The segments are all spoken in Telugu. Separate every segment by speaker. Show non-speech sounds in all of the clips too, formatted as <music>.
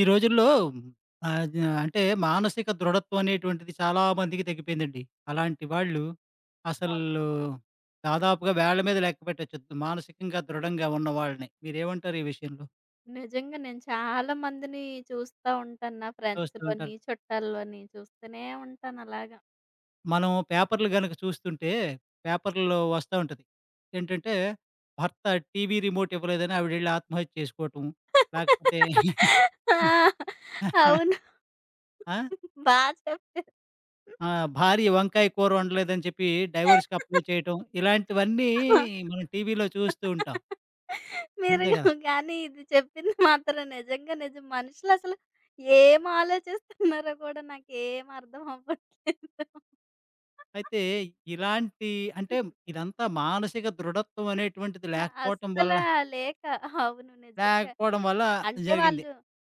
Speaker 1: ఈ రోజుల్లో ఆహ్, అంటే మానసిక దృఢత్వం అనేటువంటిది చాలా మందికి తగ్గిపోయిందండి. అలాంటి వాళ్ళు అసలు దాదాపుగా వేళ్ళ మీద లెక్క పెట్టొచ్చు, మానసికంగా దృఢంగా ఉన్న వాళ్ళని. మీరేమంటారు ఈ విషయంలో?
Speaker 2: నిజంగా నేను చాలా మందిని చూస్తా ఉంటాను. నా
Speaker 1: చూస్తూ ఉంటారు.
Speaker 2: ఫ్రెండ్స్‌లోని, చుట్టాల్లోని చూస్తూనే ఉంటాను అలాగా.
Speaker 1: మనం పేపర్‌లు గనక చూస్తుంటే పేపర్‌లో వస్తా ఉంటది. ఏంటంటే భర్త టీవీ రిమోట్ ఇవ్వలేదని ఆవిడెళ్లి ఆత్మహత్య చేసుకోవటం. లేకపోతే
Speaker 2: ఆ! అవును.
Speaker 1: <laughs> ఆ!
Speaker 2: బా చెప్పారు.
Speaker 1: ఆ! భార్య వంకాయ కూర వండలేదని చెప్పి డైవోర్స్‌కి అప్లై చేయటం, ఇలాంటివన్నీ మనం టీవీలో చూస్తూ ఉంటాం.
Speaker 2: మీరు
Speaker 1: అంతే కదా!
Speaker 2: గానీ ఇది చెప్పింది మాత్రం నిజంగా నిజం. మనుషులసలు ఏం ఆలోచిస్తున్నారో కూడా నాకేం అర్థం అవ్వట్లేదు.
Speaker 1: అయితే ఇలాంటి, అంటే ఇదంతా మానసిక దృఢత్వం అనేటువంటిది లేకపోవటం వల్ల,
Speaker 2: అస్సలా లేక. అవును నిజంగా.
Speaker 1: లేకపోవడం వల్ల
Speaker 2: అంటే
Speaker 1: జరిగింది.
Speaker 2: వాళ్ళు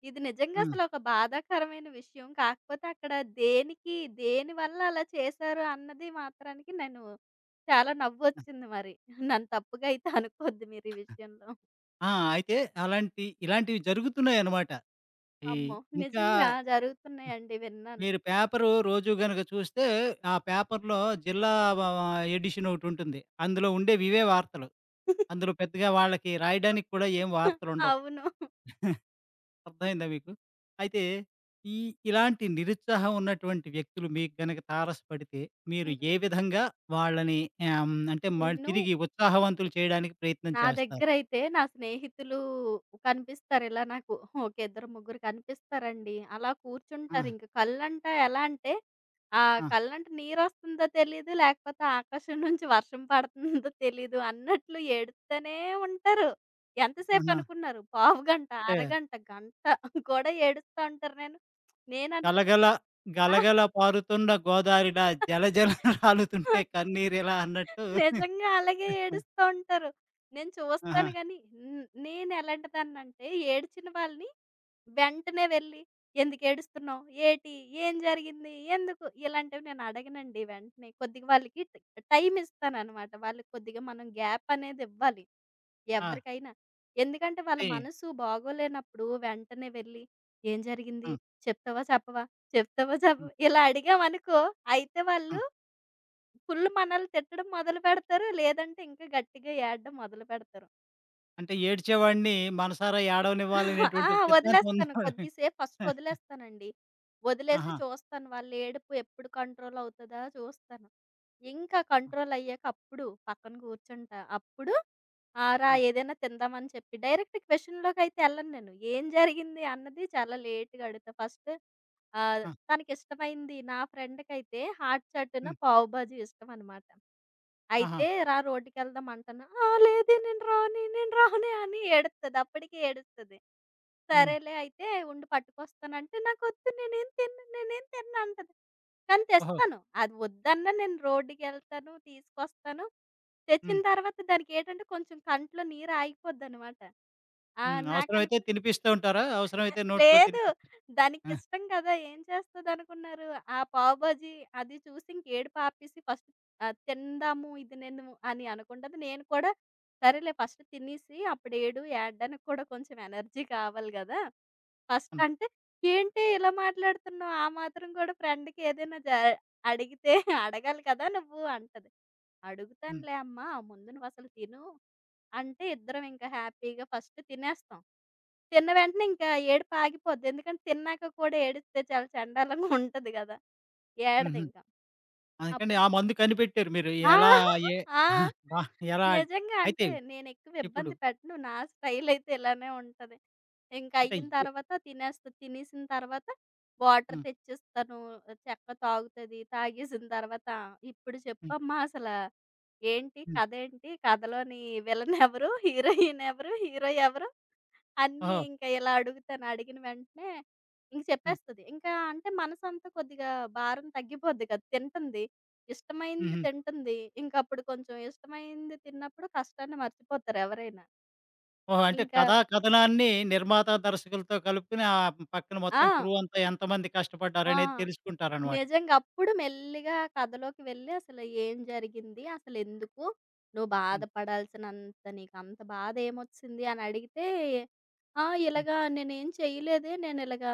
Speaker 2: ఇది నిజంగా
Speaker 1: హ్మ్.
Speaker 2: అసలొక బాధాకరమైన విషయం. కాకపోతే అక్కడ దేనికి, దేని వల్ల అలా చేశారు అన్నది మాత్రానికి నేను చాలా నవ్వొచ్చింది మరి. నన్ను తప్పుగా అయితే అనుకోద్దు మీరు ఈ విషయంలో.
Speaker 1: ఆ! అయితే అలాంటి ఇలాంటివి జరుగుతున్నాయన్నమాట. ఈ
Speaker 2: అమ్మో!
Speaker 1: ఇంకా
Speaker 2: నిజంగా జరుగుతున్నాయండి విన్నాను.
Speaker 1: మీరు పేపరు రోజు గనక చూస్తే ఆ పేపర్‌లో జిల్లా వ వ ఎడిషన్ ఒకటుంటుంది. అందులో ఉండేవివే వార్తలు.
Speaker 2: <laughs>
Speaker 1: అందులో పెద్దగా వాళ్ళకి రాయడానికి కూడా ఏం వార్తలుండవు.
Speaker 2: అవును.
Speaker 1: అర్థమైందా మీకు? అయితే ఈ ఇలాంటి నిరుత్సాహం ఉన్నటువంటి వ్యక్తులు మీకు గనక తారసపడితే, మీరు
Speaker 2: హ్మ్.
Speaker 1: ఏ విధంగా వాళ్ళని అంటే మళ్
Speaker 2: నేను
Speaker 1: తిరిగి ఉత్సాహవంతులు చేయడానికి ప్రయత్నం
Speaker 2: నా
Speaker 1: చేస్తారు?
Speaker 2: దగ్గరైతే నా స్నేహితులు కనిపిస్తారు. ఇలా నాకు ఒక ఇద్దరు, ముగ్గురు కనిపిస్తారండి. అలా
Speaker 1: ఆ!
Speaker 2: కూర్చుంటారు. ఇంక కళ్ళంట ఎలా అంటే
Speaker 1: ఆ!
Speaker 2: కళ్ళంట నీరొస్తుందో తెలీదు, లేకపోతే ఆకాశం నుంచి వర్షం పడుతుందో తెలీదు అన్నట్లు ఏడుత్తనే ఉంటారు.
Speaker 1: ఆహా!
Speaker 2: ఎంతసేపనుకున్నారు? పావు గంట,
Speaker 1: అంటే
Speaker 2: అరగంట, గంట <laughs> కూడా ఏడుస్తా ఉంటారు. నేను నేననుకుం
Speaker 1: గలగల గలగల పారుతున్న గోదారిలా జలజల <laughs>
Speaker 2: ఆ!
Speaker 1: రాలుతుంటే కన్నీరెలా అన్నట్టు.
Speaker 2: నిజంగా అలాగే
Speaker 1: ఆ!
Speaker 2: ఏడుస్తూ ఉంటారు. నేను
Speaker 1: ఆహా!
Speaker 2: చూస్తాను గానీ, నేను ఎలాంటిదాన్నంటే ఏడ్చిన వాళ్ళని వెంటనే వెళ్ళి, "ఎందుకేడుస్తున్నావు? ఏటి? ఏం జరిగింది? ఎందుకు?" ఇలాంటివి నేను అడగనండి వెంటనే. కొద్దిగా వాళ్ళకి టైమ్ ఇస్తాననమాట. వాళ్ళకి కొద్దిగా మనం గ్యాప్ అనేది ఇవ్వాలి
Speaker 1: ఆ!
Speaker 2: ఎవరికైనా. ఎందుకంటే వాళ్ళ
Speaker 1: అంటే
Speaker 2: మనసు బాగోలేనప్పుడు వెంటనే వెళ్ళి, "ఏం జరిగింది?
Speaker 1: హ్మ్.
Speaker 2: చెప్తావా? చెప్పవా? చెప్తావా?
Speaker 1: హ్మ్.
Speaker 2: చెప్పవా?" ఇలా అడిగామనుకో అయితే వాళ్ళు
Speaker 1: హ్మ్.
Speaker 2: ఫుల్ మనల్ని తిట్టడం మొదలుపెడతారు. లేదంటే ఇంకా గట్టిగా ఏడడం మొదలుపెడతారు.
Speaker 1: అంటే ఏడ్చేవాడిని మనసారా
Speaker 2: <laughs> ఆ!
Speaker 1: ఏడవనివ్వాలనేటువంటి ఒక సిద్ధాంతం
Speaker 2: వదిలేస్తాను.
Speaker 1: ఉంది.
Speaker 2: కొద్దిసేపు ఫస్ట్ వదిలేస్తానండి. వదిలేసి
Speaker 1: ఆహా!
Speaker 2: చూస్తాను వాళ్ళ ఏడుపు ఎప్పుడు కంట్రోల్ అవుతదా చూస్తాను. ఇంకా
Speaker 1: ఆ!
Speaker 2: కంట్రోల్ అయ్యాక అప్పుడు పక్కన కూర్చుంటా. అప్పుడు ఆ! రా
Speaker 1: హ్మ్.
Speaker 2: ఏదైనా తిందామని చెప్పి డైరెక్ట్ క్వెషన్‌లోకైతే ఎళ్ళను నేను. ఏం జరిగింది అన్నది చాలా లేట్‌గా అడుగుతా. ఫస్ట్ ఆహ్,
Speaker 1: ఆ!
Speaker 2: తనకిష్టమైంది నా ఫ్రెండ్‌కైతే హాట్ చాటున
Speaker 1: హ్మ్.
Speaker 2: పావు బాజీ ఇష్టమనమాట.
Speaker 1: ఆహా!
Speaker 2: అయితే "రా రోడ్డుకెళ్దాం" అంటాను. "ఆ! లేదే నేను రానే" అని ఏడుత్తది. అప్పటికే ఏడుస్తది.
Speaker 1: హ్మ్.
Speaker 2: సరేలే అయితే ఉండు పట్టుకొస్తానంటే, "నాకొద్దు నేనేం తినను" అంటది. కానీ
Speaker 1: ఓహో!
Speaker 2: తెస్తాను. అది వద్దన్నా నేను రోడ్డుకెళ్తాను, తీసుకొస్తాను. తెచ్చిన
Speaker 1: హ్మ్.
Speaker 2: తర్వాత దానికేంటంటే కొంచెం కంట్లో నీరు ఆగిపోద్దనమాట. ఆ!
Speaker 1: హ్మ్. అవసరమైతే
Speaker 2: నాకనిపి
Speaker 1: తినిపిస్తూ ఉంటారా?
Speaker 2: <laughs>
Speaker 1: అవసరమైతే నోట్లో
Speaker 2: లేదు.
Speaker 1: తినిపి ఆ!
Speaker 2: దానికిష్టం కదా! ఏం చేస్తదనుకున్నారు? ఆ పావు బాజీ అది చూసి ఇంకేడుపు ఆపేసి ఫస్ట్ తిందాము ఇది నేను అని అనుకుంటది. నేను కూడా సరేలే ఫస్ట్ తినేసి అప్పుడు ఏడడానికి కూడా కొంచెం ఎనర్జీ కావాలి గదా! ఫస్ట్
Speaker 1: హ్మ్.
Speaker 2: అంటే, "ఏంటి ఇలా మాట్లాడుతున్నావు? ఆ మాత్రం కూడా ఫ్రెండ్‌కి ఏదైనా అడిగితే <laughs> అడగాలి కదా నువ్వు" అంటది.
Speaker 1: హ్మ్.
Speaker 2: "అడుగుతానులే అమ్మా ముందు నువ్వసలు తిను." అంటే ఇద్దరం ఇంకా హ్యాపీగా ఫస్ట్ తినేస్తాం. తిన్న వెంటనే ఇంకా ఏడుపు ఆగిపోద్ది. ఎందుకంటే తిన్నాక కూడా ఏడిస్తే చాలా చెండాలంగా ఉంటది గదా!
Speaker 1: హుహు.
Speaker 2: ఏడదింక.
Speaker 1: అందుకని ఆ
Speaker 2: అప్పుడు
Speaker 1: మందు కనిపెట్టారు మీరు.
Speaker 2: ఆ!
Speaker 1: ఎలా ఏ
Speaker 2: ఆ!
Speaker 1: <laughs> బా ఎలా అని.
Speaker 2: నిజంగా
Speaker 1: అయితే
Speaker 2: అంటే నేనెక్కువ
Speaker 1: ఇప్పుడు
Speaker 2: ఇబ్బంది పెట్టను. నా స్టైలయితే ఇలానే ఉంటది.
Speaker 1: అంటే
Speaker 2: ఇంకయిన
Speaker 1: ఎ
Speaker 2: తర్వాత తినేస్తా. తినేసిన తర్వాత వాటర్
Speaker 1: హ్మ్.
Speaker 2: తెచ్చిస్తాను. చెక్క తాగుతది. తాగేసిన తర్వాత ఇప్పుడు
Speaker 1: హ్మ్.
Speaker 2: చెప్పమ్మా అసల ఏంటి
Speaker 1: హ్మ్.
Speaker 2: కథేంటి? కథలోని విలనెవరు? హీరోయినెవరు? హీరో ఎవరు? అన్నీ
Speaker 1: ఓహో!
Speaker 2: ఇంకా ఇలా అడుగుతాను. అడిగిన వెంటనే ఇంక
Speaker 1: హ్మ్.
Speaker 2: చెప్పేస్తది. ఇంకా అంటే మనసంతా కొద్దిగా భారం తగ్గిపోద్ది కదా! తింటుంది. ఇష్టమైంది
Speaker 1: హుహు.
Speaker 2: తింటుంది. ఇంకప్పుడు కొంచెం ఇష్టమైంది తిన్నప్పుడు కష్టాన్ని మర్చిపోతారు ఎవరైనా.
Speaker 1: ఓహో! అంటే
Speaker 2: ఇంకా
Speaker 1: కథా కథనాన్ని నిర్మాత, దర్శకులతో కలుపుకొని ఆ పక్కన మొత్తం
Speaker 2: ఆ!
Speaker 1: క్రూ అంతా ఎంతమంది
Speaker 2: ఆ!
Speaker 1: కష్టపడ్డారనేది తెలుసుకుంటారనమాట.
Speaker 2: నిజంగా అప్పుడు మెల్లిగా కథలోకి వెళ్ళి అసలు ఏం జరిగింది? అసలెందుకు? నువ్వు
Speaker 1: హ్మ్.
Speaker 2: బాధపడాల్సినంత నీకంత బాధేమొచ్చింది? అని అడిగితే, "ఆ!
Speaker 1: హ్మ్.
Speaker 2: ఇలాగా నేనేం చేయలేదే. నేనిలాగా"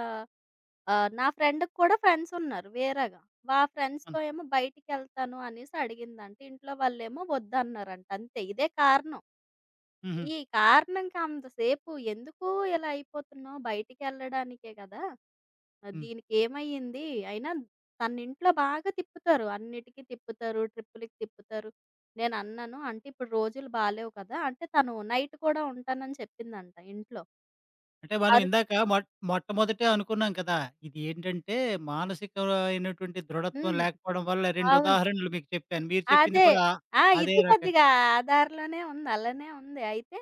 Speaker 2: నా ఫ్రెండ్‌కి కూడా ఫ్రెండ్సున్నారు వేరేగా. మా
Speaker 1: అవును.
Speaker 2: ఫ్రెండ్స్‌తో ఏమో బయటికెళ్తాను అనేసి అడిగిందంట. ఇంట్లో వాళ్ళేమో వద్దన్నారంట అంతే. ఇదే కారణం.
Speaker 1: హుహు.
Speaker 2: ఈ కారణంకి అంతసేపు ఎందుకు ఇలా అయిపోతున్నావు బయటికెళ్ళడానికే గదా!
Speaker 1: హ్మ్.
Speaker 2: దీనికేమయ్యింది? అయినా తనింట్లో బాగా తిప్పుతారు. అన్నిటికి తిప్పుతారు. ట్రిప్పులకి తిప్పుతారు. నేనన్నాను అంటే ఇప్పుడు రోజులు బాలేవు కదా! అంటే తను నైట్ కూడా ఉంటానని చెప్పిందంట ఇంట్లో.
Speaker 1: అంటే మనం
Speaker 2: అరకు.
Speaker 1: ఇందాక మొట్టమొదటే అనుకున్నాం కదా! ఇది ఏంటంటే మానసికమైనటువంటి దృఢత్వం
Speaker 2: హ్మ్.
Speaker 1: లేకపోవడం వల్ల 2
Speaker 2: అవును.
Speaker 1: ఉదాహరణలు మీకు చెప్పాను. మీరు చెప్పింది
Speaker 2: అదే.
Speaker 1: కూడా
Speaker 2: ఆ!
Speaker 1: అదే
Speaker 2: ఇది
Speaker 1: రకంగా
Speaker 2: కొద్దిగా ఆధార్‌లోనే ఉంది. అలానే ఉంది. అయితే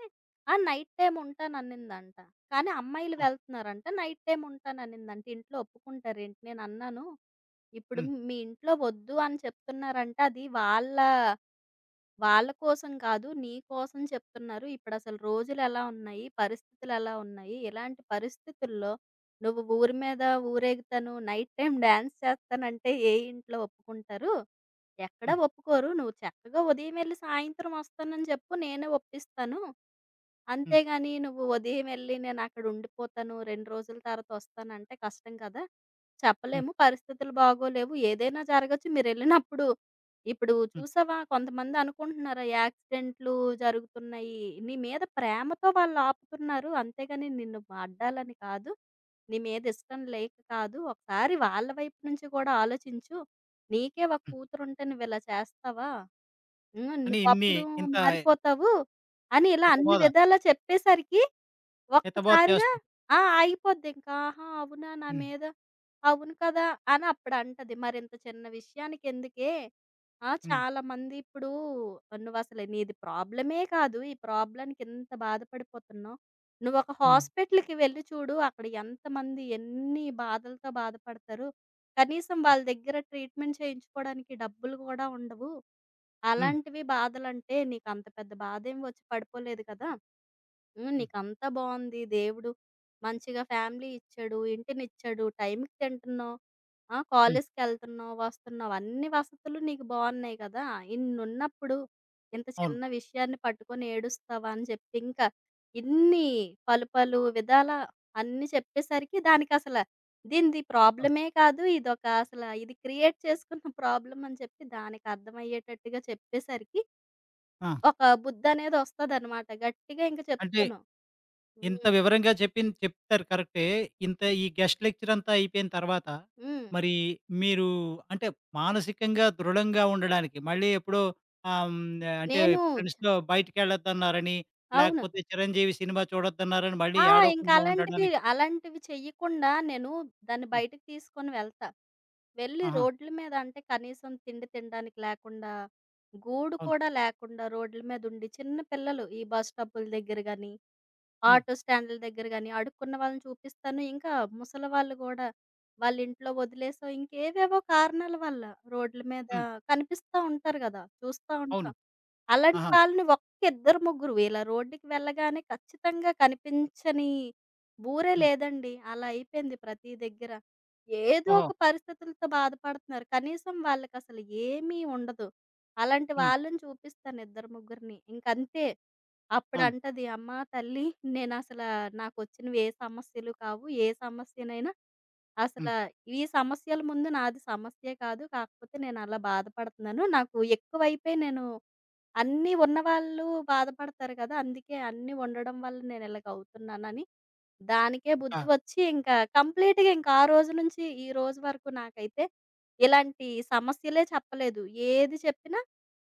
Speaker 2: ఆ! నైట్ టైమ్ ఉంటాననిందంట. కానీ అమ్మాయిలు
Speaker 1: ఆ!
Speaker 2: వెళ్తున్నారంట. నైట్ టైమ్ ఉంటాననిందంట. ఇంట్లో ఒప్పుకుంటారేంటి? నేనన్నాను, ఇప్పుడు
Speaker 1: హ్మ్.
Speaker 2: మీ ఇంట్లో వద్దు అని చెప్తున్నారంటే అది వాళ్ళ వాళ్ళ కోసం కాదు, నీ కోసం చెప్తున్నారు. ఇప్పుడసలు రోజులెలా ఉన్నాయి? పరిస్థితులెలా ఉన్నాయి? ఇలాంటి పరిస్థితుల్లో నువ్వు ఊరి మీద ఊరేగుతాను, నైట్ టైమ్ డాన్స్ చేస్తానంటే ఏ ఇంట్లో ఒప్పుకుంటారు? ఎక్కడా
Speaker 1: హ్మ్.
Speaker 2: ఒప్పుకోరు. నువ్వు చక్కగా ఉదయం ఎళ్లి సాయంత్రం వస్తానని చెప్పు. నేనే ఒప్పిస్తాను.
Speaker 1: హ్మ్.
Speaker 2: అంతేగాని నువ్వు ఉదయం ఎళ్లి నేనక్కడ ఉండిపోతాను. 2 రోజుల తర్వాత వస్తానంటే కష్టం కదా!
Speaker 1: హ్మ్.
Speaker 2: చెప్పలేము. పరిస్థితులు బాగోలేవు. ఏదైనా జరగొచ్చు. మీరెళ్ళినప్పుడు ఇప్పుడు
Speaker 1: హ్మ్.
Speaker 2: చూసావా కొంతమంది అనుకుంటున్నారు యాక్సిడెంట్లు జరుగుతున్నాయి. నీ మీద ప్రేమతో వాళ్ళు ఆపుతున్నారు. అంతేగాని నిన్ను అడ్డాలని కాదు. నీ మీదిష్టం లేక కాదు. ఒకసారి వాళ్ళ వైపు నుంచి కూడా ఆలోచించు. నీకే ఒక
Speaker 1: హ్మ్.
Speaker 2: కూతురుంటే నువ్విలా చేస్తావా? హ్మ్.
Speaker 1: అని ఇన్ని
Speaker 2: నువ్వప్పుడు
Speaker 1: ఇంత
Speaker 2: మారిపోతావు" అని ఇలా అన్ని
Speaker 1: హితబోధ
Speaker 2: విధాలా చెప్పేసరికి
Speaker 1: హితబోధ
Speaker 2: ఒక్కసారిగా
Speaker 1: చేస్తుంది.
Speaker 2: ఆ! ఆగిపోద్దింక. ఆహా! అవునా! నా
Speaker 1: హ్మ్.
Speaker 2: మీద అవును కదా! అని అప్పుడంటది. మరింత చిన్న విషయానికెందుకే? ఆ!
Speaker 1: హ్మ్.
Speaker 2: చాలామంది ఇప్పుడు నువ్వసలు నీది ప్రాబ్లమే కాదు. ఈ ప్రాబ్లమ్‌కి ఇంత బాధపడిపోతున్నావు. నువ్వొక
Speaker 1: హ్మ్.
Speaker 2: హాస్పిటల్‌కి వెళ్లి చూడు. అక్కడ ఎంతమంది ఎన్ని బాధలతో బాధపడతారు. కనీసం
Speaker 1: హ్మ్.
Speaker 2: వాళ్ళ దగ్గర ట్రీట్‌మెంట్ చేయించుకోవడానికి డబ్బులు కూడా ఉండవు.
Speaker 1: హ్మ్.
Speaker 2: అలాంటివి బాధలంటే నీకంత పెద్ద బాధేం వచ్చి పడిపోలేదు కదా! హ్మ్.
Speaker 1: హ్మ్.
Speaker 2: నీకంతా బావుంది. దేవుడు మంచిగా ఫ్యామిలీ ఇచ్చాడు, ఇంటినిచ్చాడు, టైంకి తింటున్నావు. ఆ!
Speaker 1: హ్మ్.
Speaker 2: కాలేజ్‌కెళ్తున్నావు, వస్తున్నావు అన్ని వసతులు నీకు బావున్నాయి కదా! ఇన్నున్నప్పుడు ఇంత
Speaker 1: అవును.
Speaker 2: చిన్న విషయాన్ని పట్టుకొని ఏడుస్తావా? అని చెప్పి ఇంకా ఇన్ని పలు పలు విధాల అన్నీ చెప్పేసరికి దానికసల దీనిది
Speaker 1: అవును.
Speaker 2: ప్రాబ్లమే కాదు. ఇదొక అసల ఇది క్రియేట్ చేసుకున్న ప్రాబ్లమ్ అని చెప్పి దానికర్థమయ్యేటట్టుగా చెప్పేసరికి
Speaker 1: ఆ!
Speaker 2: ఒక బుద్ధనేదొస్తదనమాట. గట్టిగా ఇంక
Speaker 1: అంటే
Speaker 2: చెప్తాను.
Speaker 1: ఇంత
Speaker 2: హ్మ్.
Speaker 1: వివరంగా చెప్పింది చెప్తారు కరెక్టే. ఇంత ఈ గెస్ట్ లెక్చర్ అంతా అయిపోయిన తర్వాత,
Speaker 2: హ్మ్.
Speaker 1: మరి మీరు అంటే మానసికంగా దృఢంగా ఉండడానికి మళ్ళీ ఎప్పుడో ఆహ్, హ్మ్. అంటే
Speaker 2: నేను చ
Speaker 1: ఫ్రెండ్స్‌తో బయటికెళ్ళొద్దన్నారని,
Speaker 2: అవును.
Speaker 1: లేకపోతే 'చిరంజీవి' సినిమా చూడొద్దన్నారని మళ్ళీ
Speaker 2: ఆ! ఇంక
Speaker 1: ఏడవకుండా ఉండడానికి?
Speaker 2: అలాంటివి చెయ్యకుండా నేను దాన్ని
Speaker 1: ఆ!
Speaker 2: బయటకి తీసుకొని వెళ్తా. వెళ్ళి
Speaker 1: ఆహా!
Speaker 2: రోడ్ల మీద అంటే కనీసం తిండి తినడానికి లేకుండా, గూడు
Speaker 1: అవును.
Speaker 2: కూడా లేకుండా రోడ్ల మీద ఉండి చిన్న పిల్లలు ఈ బస్ స్టాపుల దగ్గర గాని,
Speaker 1: హ్మ్.
Speaker 2: ఆటో స్టాండ్‌ల దగ్గర గాని అడుక్కున్న వాళ్ళని చూపిస్తాను. ఇంకా ముసలి వాళ్ళు గూడా వాళ్ళ ఇంట్లో వదిలేసో ఇంకేవేవో కారణాల వల్ల రోడ్ల మీద
Speaker 1: హ్మ్.
Speaker 2: కనిపిస్తా ఉంటారు గదా! చూస్తా
Speaker 1: అవును.
Speaker 2: ఉంటాం. అలాంటి
Speaker 1: ఆహా!
Speaker 2: వాళ్ళని ఒక్క ఇద్దరు, ముగ్గురు ఇలా రోడ్డుకి వెళ్ళగానే ఖచ్చితంగా కనిపించని ఊరే
Speaker 1: హ్మ్.
Speaker 2: లేదండి. అలా అయిపోయింది ప్రతి దగ్గర. ఏదో
Speaker 1: ఓహో!
Speaker 2: ఒక పరిస్థితులతో బాధపడుతున్నారు. కనీసం వాళ్ళకసలు ఏమీ ఉండదు. అలాంటి
Speaker 1: హ్మ్.
Speaker 2: వాళ్ళని చూపిస్తాను ఇద్దరు, ముగ్గురిని. ఇంకంతే.
Speaker 1: ఆ!
Speaker 2: అప్పుడంటది, "అమ్మా తల్లి నేనసలా నాకొచ్చినవి ఏ సమస్యలు కావు. ఏ సమస్యనైనా
Speaker 1: హ్మ్.
Speaker 2: అసలా ఈ సమస్యల ముందు నాది సమస్యే కాదు. కాకపోతే నేనలా బాధపడుతున్నాను. నాకు ఎక్కువైపోయి నేను" అన్నీ ఉన్నవాళ్ళు బాధపడతారు కదా! అందుకే అన్నీ వండడం వల్ల నేను ఇలాగవుతున్నానని దానికే
Speaker 1: ఒక
Speaker 2: బుద్ధి వచ్చి ఇంకా కంప్లీట్‌గా ఇంకా ఆ రోజు నుంచి ఈ రోజు వరకు నాకైతే ఇలాంటి సమస్యలే చెప్పలేదు. ఏది చెప్పినా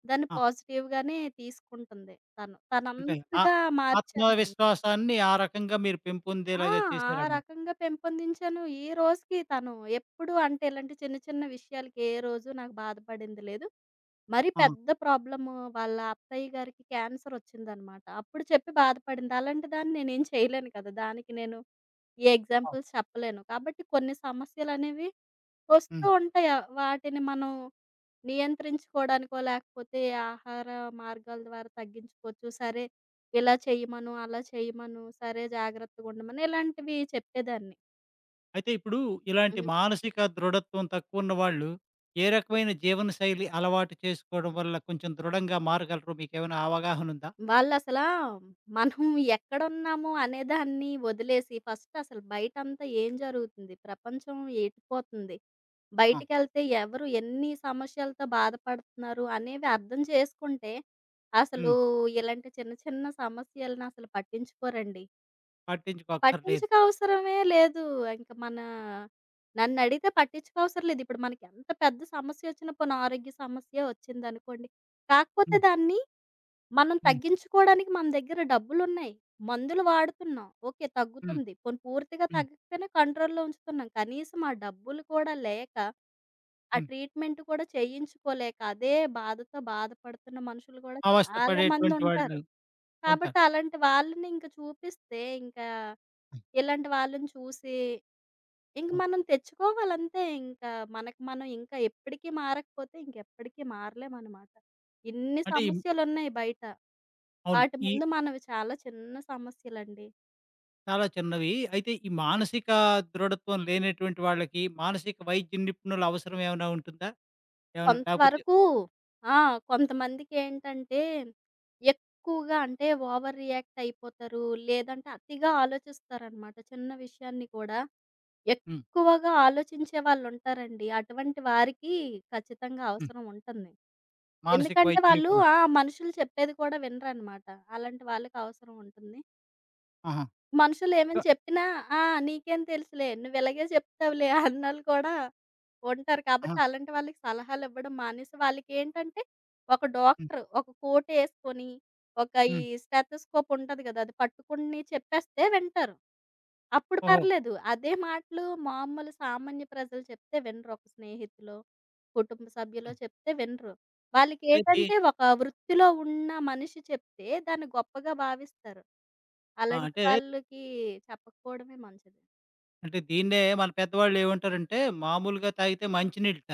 Speaker 2: దాన్ని
Speaker 1: ఆ!
Speaker 2: పాజిటివ్‌గానే తీసుకుంటుంది తను.
Speaker 1: అంటే ఆ
Speaker 2: తనంతగా మార్చాను నేను.
Speaker 1: ఆత్మవిశ్వాసాన్ని ఆ రకంగా మీరు
Speaker 2: ఆ!
Speaker 1: పెంపొందేలాగా
Speaker 2: ఆ
Speaker 1: చేశారనమాట.
Speaker 2: రకంగా పెంపొందించాను. ఈ రోజుకి తను ఎప్పుడు అంటే ఇలాంటి చిన్న చిన్న విషయాలకి ఏ రోజు నాకు బాధపడింది లేదు. మరీ
Speaker 1: ఆహా!
Speaker 2: పెద్ద ప్రాబ్లము వాళ్ళ అత్తయ్య గారికి క్యాన్సరొచ్చిందనమాట. అప్పుడు చెప్పి బాధపడింది. అలాంటి దాన్ని నేనేం చేయలేను కదా! దానికి నేను ఏ
Speaker 1: ఆ!
Speaker 2: ఎగ్జాంపుల్స్ చెప్పలేను. కాబట్టి కొన్ని సమస్యలనేవి వస్తూ
Speaker 1: హ్మ్.
Speaker 2: ఉంటాయి. వాటిని మనం నియంత్రించుకోవడానికో, లేకపోతే ఆహార మార్గాల ద్వారా తగ్గించుకోవచ్చు. సరే, ఇలా చెయ్యమను, అలా చెయ్యమను, సరే జాగ్రత్తగుండమని ఇలాంటివి చెప్పేదాన్ని.
Speaker 1: అయితే ఇప్పుడు ఇలాంటి మానసిక దృఢత్వం తక్కువ ఉన్న వాళ్ళు ఏ రకమైన జీవనశైలి అలవాటు చేసుకోవడం వల్ల కొంచెం దృఢంగా మారగలరు? మీకేమైనా అవగాహన ఉందా?
Speaker 2: వాళ్ళసలా మనం ఎక్కడున్నాము అనేదాన్ని వదిలేసి ఫస్ట్ అసలు బయటంతా ఏం జరుగుతుంది? ప్రపంచం ఎటుపోతుంది?
Speaker 1: ఆ!
Speaker 2: బయటికెళ్తే ఎవరు ఎన్ని సమస్యలతో బాధపడుతున్నారు అనేవి అర్థం చేసుకుంటే, అసలు
Speaker 1: హ్మ్.
Speaker 2: ఇలాంటి చిన్న చిన్న సమస్యలనసలు పట్టించుకోరండి.
Speaker 1: పట్టించుకోక్కర్లేదు.
Speaker 2: పట్టించుక అవసరమే లేదు. ఇంక మన నన్నడిగితే పట్టించుకోవసరం లేదు. ఇప్పుడు మనకెంత పెద్ద సమస్యొచ్చినా పోనీ ఆరోగ్య సమస్యే వచ్చిందనుకోండి. కాకపోతే
Speaker 1: హ్మ్.
Speaker 2: దాన్ని మనం
Speaker 1: హ్మ్.
Speaker 2: తగ్గించుకోవడానికి మన దగ్గర డబ్బులున్నాయి. మందులు వాడుతున్నాం. ఓకే.
Speaker 1: హ్మ్.
Speaker 2: తగ్గుతుంది. పోనీ పూర్తిగా
Speaker 1: హ్మ్.
Speaker 2: తగ్గకపోయినా కంట్రోల్‌లో ఉంచుతున్నాం. కనీసం ఆ డబ్బులు కూడా లేక, ఆ
Speaker 1: హ్మ్.
Speaker 2: ట్రీట్‌మెంట్ కూడా చేయించుకోలేక, అదే బాధతో బాధపడుతున్న మనుషులు కూడా
Speaker 1: అవస్థ
Speaker 2: చాలా
Speaker 1: పడేటువంటి
Speaker 2: మందుంటారు.
Speaker 1: వాళ్ళు
Speaker 2: కాబట్టి
Speaker 1: ఉంటారు.
Speaker 2: అలాంటి వాళ్ళని ఇంక చూపిస్తే, ఇంకా
Speaker 1: హ్మ్.
Speaker 2: ఇలాంటి వాళ్ళని చూసి, ఇంక
Speaker 1: అవును.
Speaker 2: మనం తెచ్చుకోవాలంతే. ఇంకా మనకు మనం ఇంకా ఎప్పటికి మారకపోతే ఇంకెప్పటికి మారలేమనమాట. ఇన్ని
Speaker 1: అంటే ఈ
Speaker 2: సమస్యలున్నాయి బయట.
Speaker 1: అవును.
Speaker 2: వాటి
Speaker 1: ఈ
Speaker 2: ముందు మనవి చాలా చిన్న సమస్యలండి.
Speaker 1: చాలా చిన్నవి. అయితే ఈ మానసిక దృఢత్వం లేనటువంటి వాళ్ళకి మానసిక వైద్య నిపుణుల అవసరం ఏమైనా ఉంటుందా? ఏమైనా లేకపోతే?
Speaker 2: కొంతవరకు ఆ! కొంతమందికేంటంటే, ఎక్కువగా అంటే ఓవర్ రియాక్ట్ అయిపోతారు. లేదంటే అతిగా ఆలోచిస్తారనమాట. చిన్న విషయాన్ని కూడా
Speaker 1: హ్మ్.
Speaker 2: ఎక్కువగా ఆలోచించే వాళ్ళుంటారండి. అటువంటి వారికి ఖచ్చితంగా
Speaker 1: హ్మ్.
Speaker 2: అవసరం ఉంటుంది.
Speaker 1: మానసిక
Speaker 2: ఎందుకంటే
Speaker 1: వైద్య
Speaker 2: వాళ్ళు
Speaker 1: నిపుణులు.
Speaker 2: ఆ! మనుషులు చెప్పేది కూడా వినరనమాట. అలాంటి వాళ్ళకి అవసరం ఉంటుంది.
Speaker 1: ఆహా!
Speaker 2: మనుషులేమైనా
Speaker 1: క
Speaker 2: చెప్పినా, "ఆ! నీకేం తెలుసులే, నువ్విలాగే చెప్తావులే" అన్నోళ్ళు కూడా ఉంటారు
Speaker 1: ఆహా!
Speaker 2: కాబట్టి అలాంటి వాళ్ళకి సలహాలివ్వడం మానేసి, వాళ్ళకేంటంటే ఒక
Speaker 1: హ్మ్.
Speaker 2: డాక్టర్ ఒక కోటేసుకొని, ఈ
Speaker 1: హ్మ్.
Speaker 2: స్టెతస్కోప్ ఉంటది గదా! అది పట్టుకుని చెప్పేస్తే వింటారు. అప్పుడు
Speaker 1: ఓహో!
Speaker 2: పర్లేదు. అదే మాటలు మామూలు సామాన్య ప్రజలు చెప్తే వినరు. ఒక స్నేహితులో, కుటుంబ సభ్యులో చెప్తే వినరు.
Speaker 1: అంటే ది
Speaker 2: వాళ్ళకేటంటే ఒక వృత్తిలో ఉన్న మనిషి చెప్తే దాన్ని గొప్పగా భావిస్తారు.
Speaker 1: ఆ!
Speaker 2: అలాంటి
Speaker 1: అంటే,
Speaker 2: వాళ్ళకి చెప్పకపోవడమే మంచిది.
Speaker 1: అంటే దీన్నే మన పెద్దవాళ్ళు ఏమంటారంటే, మామూలుగా తాగితే మంచినీళ్ళట.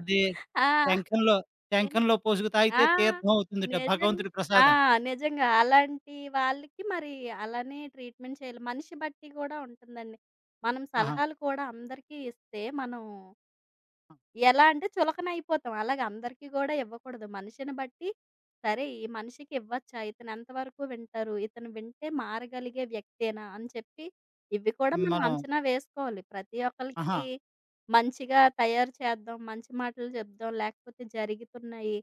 Speaker 1: అది
Speaker 2: ఆ!
Speaker 1: శంఖంలో,
Speaker 2: హ్మ్.
Speaker 1: శంఖంలో పోసుకు
Speaker 2: ఆ!
Speaker 1: తాగితే తీర్థం అవుతుందట,
Speaker 2: నిజంగా.
Speaker 1: భగవంతుడి
Speaker 2: ఆ!
Speaker 1: ప్రసాదం.
Speaker 2: నిజంగా. అలాంటి వాళ్ళకి మరి అలానే ట్రీట్‌మెంట్ చేయాలి. మనిషి బట్టి గూడా ఉంటుందండి. మనం
Speaker 1: ఆహా!
Speaker 2: సలహాలు కూడా అందరికీ ఇస్తే మనం
Speaker 1: ఆ!
Speaker 2: ఎలా అంటే చులకన అయిపోతాం. అలాగే అందరికీ గూడా ఇవ్వకూడదు. మనిషిని బట్టి సరే ఈ మనిషికి ఇవ్వచ్చా? ఇతను ఎంతవరకు వింటారు? ఇతను వింటే మారగలిగే వ్యక్తేనా? అని చెప్పి ఇవి కూడా మనం
Speaker 1: మనం
Speaker 2: అంచనా వేసుకోవాలి. ప్రతి
Speaker 1: ఆహా!
Speaker 2: ఒక్కళ్ళకి మంచిగా తయారు చేద్దాం. మంచి మాటలు చెప్దాం. లేకపోతే జరుగుతున్నాయి.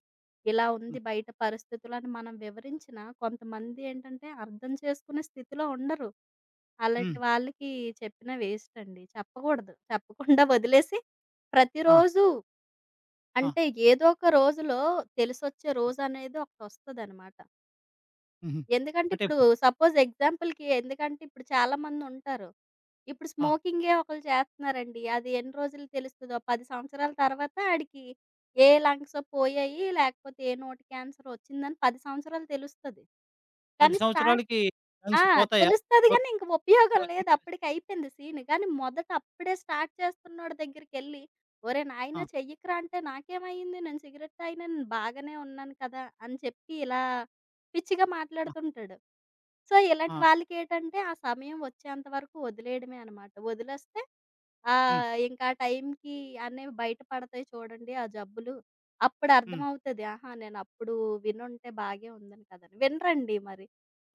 Speaker 2: ఇలా ఉంది
Speaker 1: హ్మ్.
Speaker 2: బయట పరిస్థితులని మనం వివరించినా కొంతమంది ఏంటంటే అర్థం చేసుకునే స్థితిలో ఉండరు.
Speaker 1: హ్మ్.
Speaker 2: అలాంటి వాళ్ళకి చెప్పిన వేస్ట్ అండి. చెప్పకూడదు. చెప్పకుండా వదిలేసి
Speaker 1: ఆ!
Speaker 2: ప్రతిరోజు
Speaker 1: ఆ!
Speaker 2: అంటే ఏదో ఒక రోజులో తెలిసొచ్చే
Speaker 1: ఆ!
Speaker 2: రోజనేది ఒకటొస్తదనమాట.
Speaker 1: హుహు.
Speaker 2: ఎందుకంటే
Speaker 1: అంటే
Speaker 2: ఇప్పుడు సపోజ్ ఎగ్జాంపుల్‌కి ఎందుకంటే ఇప్పుడు చాలామందుంటారు. ఇప్పుడు
Speaker 1: ఆ!
Speaker 2: స్మోకింగే ఒకళ్ళు చేస్తున్నారండి. అది ఎన్ని రోజులు తెలుస్తదో 10 సంవత్సరాల తర్వాత ఆడికి ఏ లంగ్సో పోయాయి, లేకపోతే ఏ నోటి క్యాన్సరో వచ్చిందని 10 సంవత్సరాలు తెలుస్తది.
Speaker 1: 10
Speaker 2: కానీ స్టా
Speaker 1: సంవత్సరాలకి
Speaker 2: ఆ!
Speaker 1: లంగ్స్ పోతాయా?
Speaker 2: తెలుస్తది
Speaker 1: స్మో
Speaker 2: గానీ ఇంక ఉపయోగం లేదు.
Speaker 1: స్మోకింగ్ చేస్తే?
Speaker 2: అప్పటికయిపోయింది సీన్. కానీ మొదట అప్పుడే స్టార్ట్ చేస్తున్నోడి దగ్గరికెళ్లి, ఒరేయ్
Speaker 1: ఆ!
Speaker 2: నాయనా చెయ్యకురా అంటే నాకేమయింది? నేను సిగరెట్ తాగినాను. బాగానే ఉన్నాను కదా! అని చెప్పి ఇలా పిచ్చిగా
Speaker 1: ఆ!
Speaker 2: మాట్లాడుతుంటాడు. సో, ఇలాంటి
Speaker 1: ఆ!
Speaker 2: వాళ్ళకేటంటే ఆ సమయం వచ్చేంత వరకు వదిలేయడమే అనమాట. వదిలేస్తే
Speaker 1: హ్మ్.
Speaker 2: ఇంకా ఆ టైంకి అనేవి బయటపడతాయి చూడండి ఆ జబ్బులు. అప్పుడు
Speaker 1: హ్మ్.
Speaker 2: అర్థమవుతది. ఆహా! నేనప్పుడు వినుంటే బాగే ఉందని కదని. వినరండి మరి.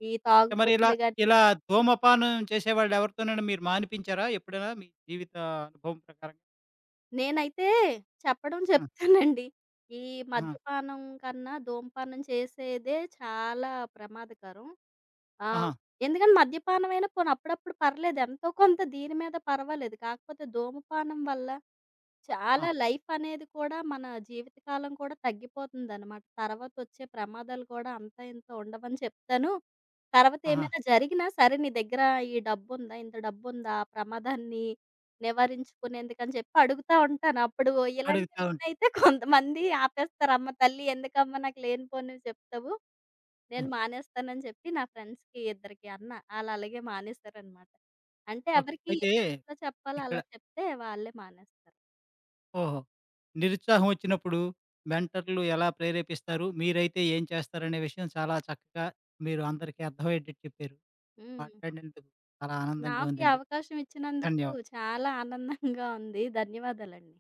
Speaker 2: ఈ
Speaker 1: అంటే మరి ఇలా,
Speaker 2: తాగుబోతులు గాని
Speaker 1: ఇలా ధూమపానం చేసేవాళ్ళు ఎవరితోనైనా మీరు మానిపించారా ఎప్పుడైనా మీ జీవిత అనుభవం ప్రకారంగా?
Speaker 2: నేనైతే చెప్పడం
Speaker 1: ఆ!
Speaker 2: చెప్తానండి. ఈ
Speaker 1: ఆహా!
Speaker 2: మద్యపానం కన్నా ధూమపానం చేసేదే చాలా ప్రమాదకరం. ఆ!
Speaker 1: ఆహా!
Speaker 2: ఎందుకంటే మద్యపానం అయినా పోనీ అప్పుడప్పుడు పర్లేదు ఎంతో కొంత దీని మీద పర్వాలేదు. కాకపోతే ధూమపానం వల్ల చాలా
Speaker 1: ఆ!
Speaker 2: లైఫ్ అనేది కూడా మన జీవితకాలం కూడా తగ్గిపోతుందనమాట. తర్వాత వచ్చే ప్రమాదాలు కూడా అంతా ఇంత ఉండవని చెప్తాను. తర్వాత
Speaker 1: ఆహా!
Speaker 2: ఏమైనా జరిగినా సరే నీ దగ్గర ఈ డబ్బుందా? ఇంత డబ్బుందా? ఆ ప్రమాదాన్ని నివారించుకునేందుకని చెప్పి అడుగుతా ఉంటాను. అప్పుడు ఇలాంటివి
Speaker 1: అడుగుతా ఉంటా.
Speaker 2: వినైతే కొంతమంది ఆపేస్తారు. "అమ్మ తల్లి ఎందుకమ్మా నాకు లేనిపోనివి చెప్తావు?
Speaker 1: ఆ!
Speaker 2: నేను మానేస్తానని" చెప్పి నా ఫ్రెండ్స్‌కి ఇద్దరికి అన్నా. ఆళ్ళలాగే మానేశారనమాట. అంటే
Speaker 1: ఓకే.
Speaker 2: ఎవరికి ఏ
Speaker 1: అయితే
Speaker 2: విధంగా చెప్పాలో
Speaker 1: ఇక్కడ
Speaker 2: అలా చెప్తే వాళ్ళే మానేస్తారు.
Speaker 1: ఓహో! నిరుత్సాహం వచ్చినప్పుడు మెంటర్‌లు ఎలా ప్రేరేపిస్తారు? మీరైతే ఏం చేస్తారనే విషయం చాలా చక్కగా మీరు అందరికీ అర్థమయ్యేటట్టు చెప్పారు.
Speaker 2: హ్మ్.
Speaker 1: మాట్లాడినందుకు చాలా ఆనందంగా
Speaker 2: నాకు ఈ
Speaker 1: ఉందండి.
Speaker 2: అవకాశం ఇచ్చినందుకు
Speaker 1: ధన్యవాదాలు.
Speaker 2: చాలా ఆనందంగా ఉంది. ధన్యవాదాలండి.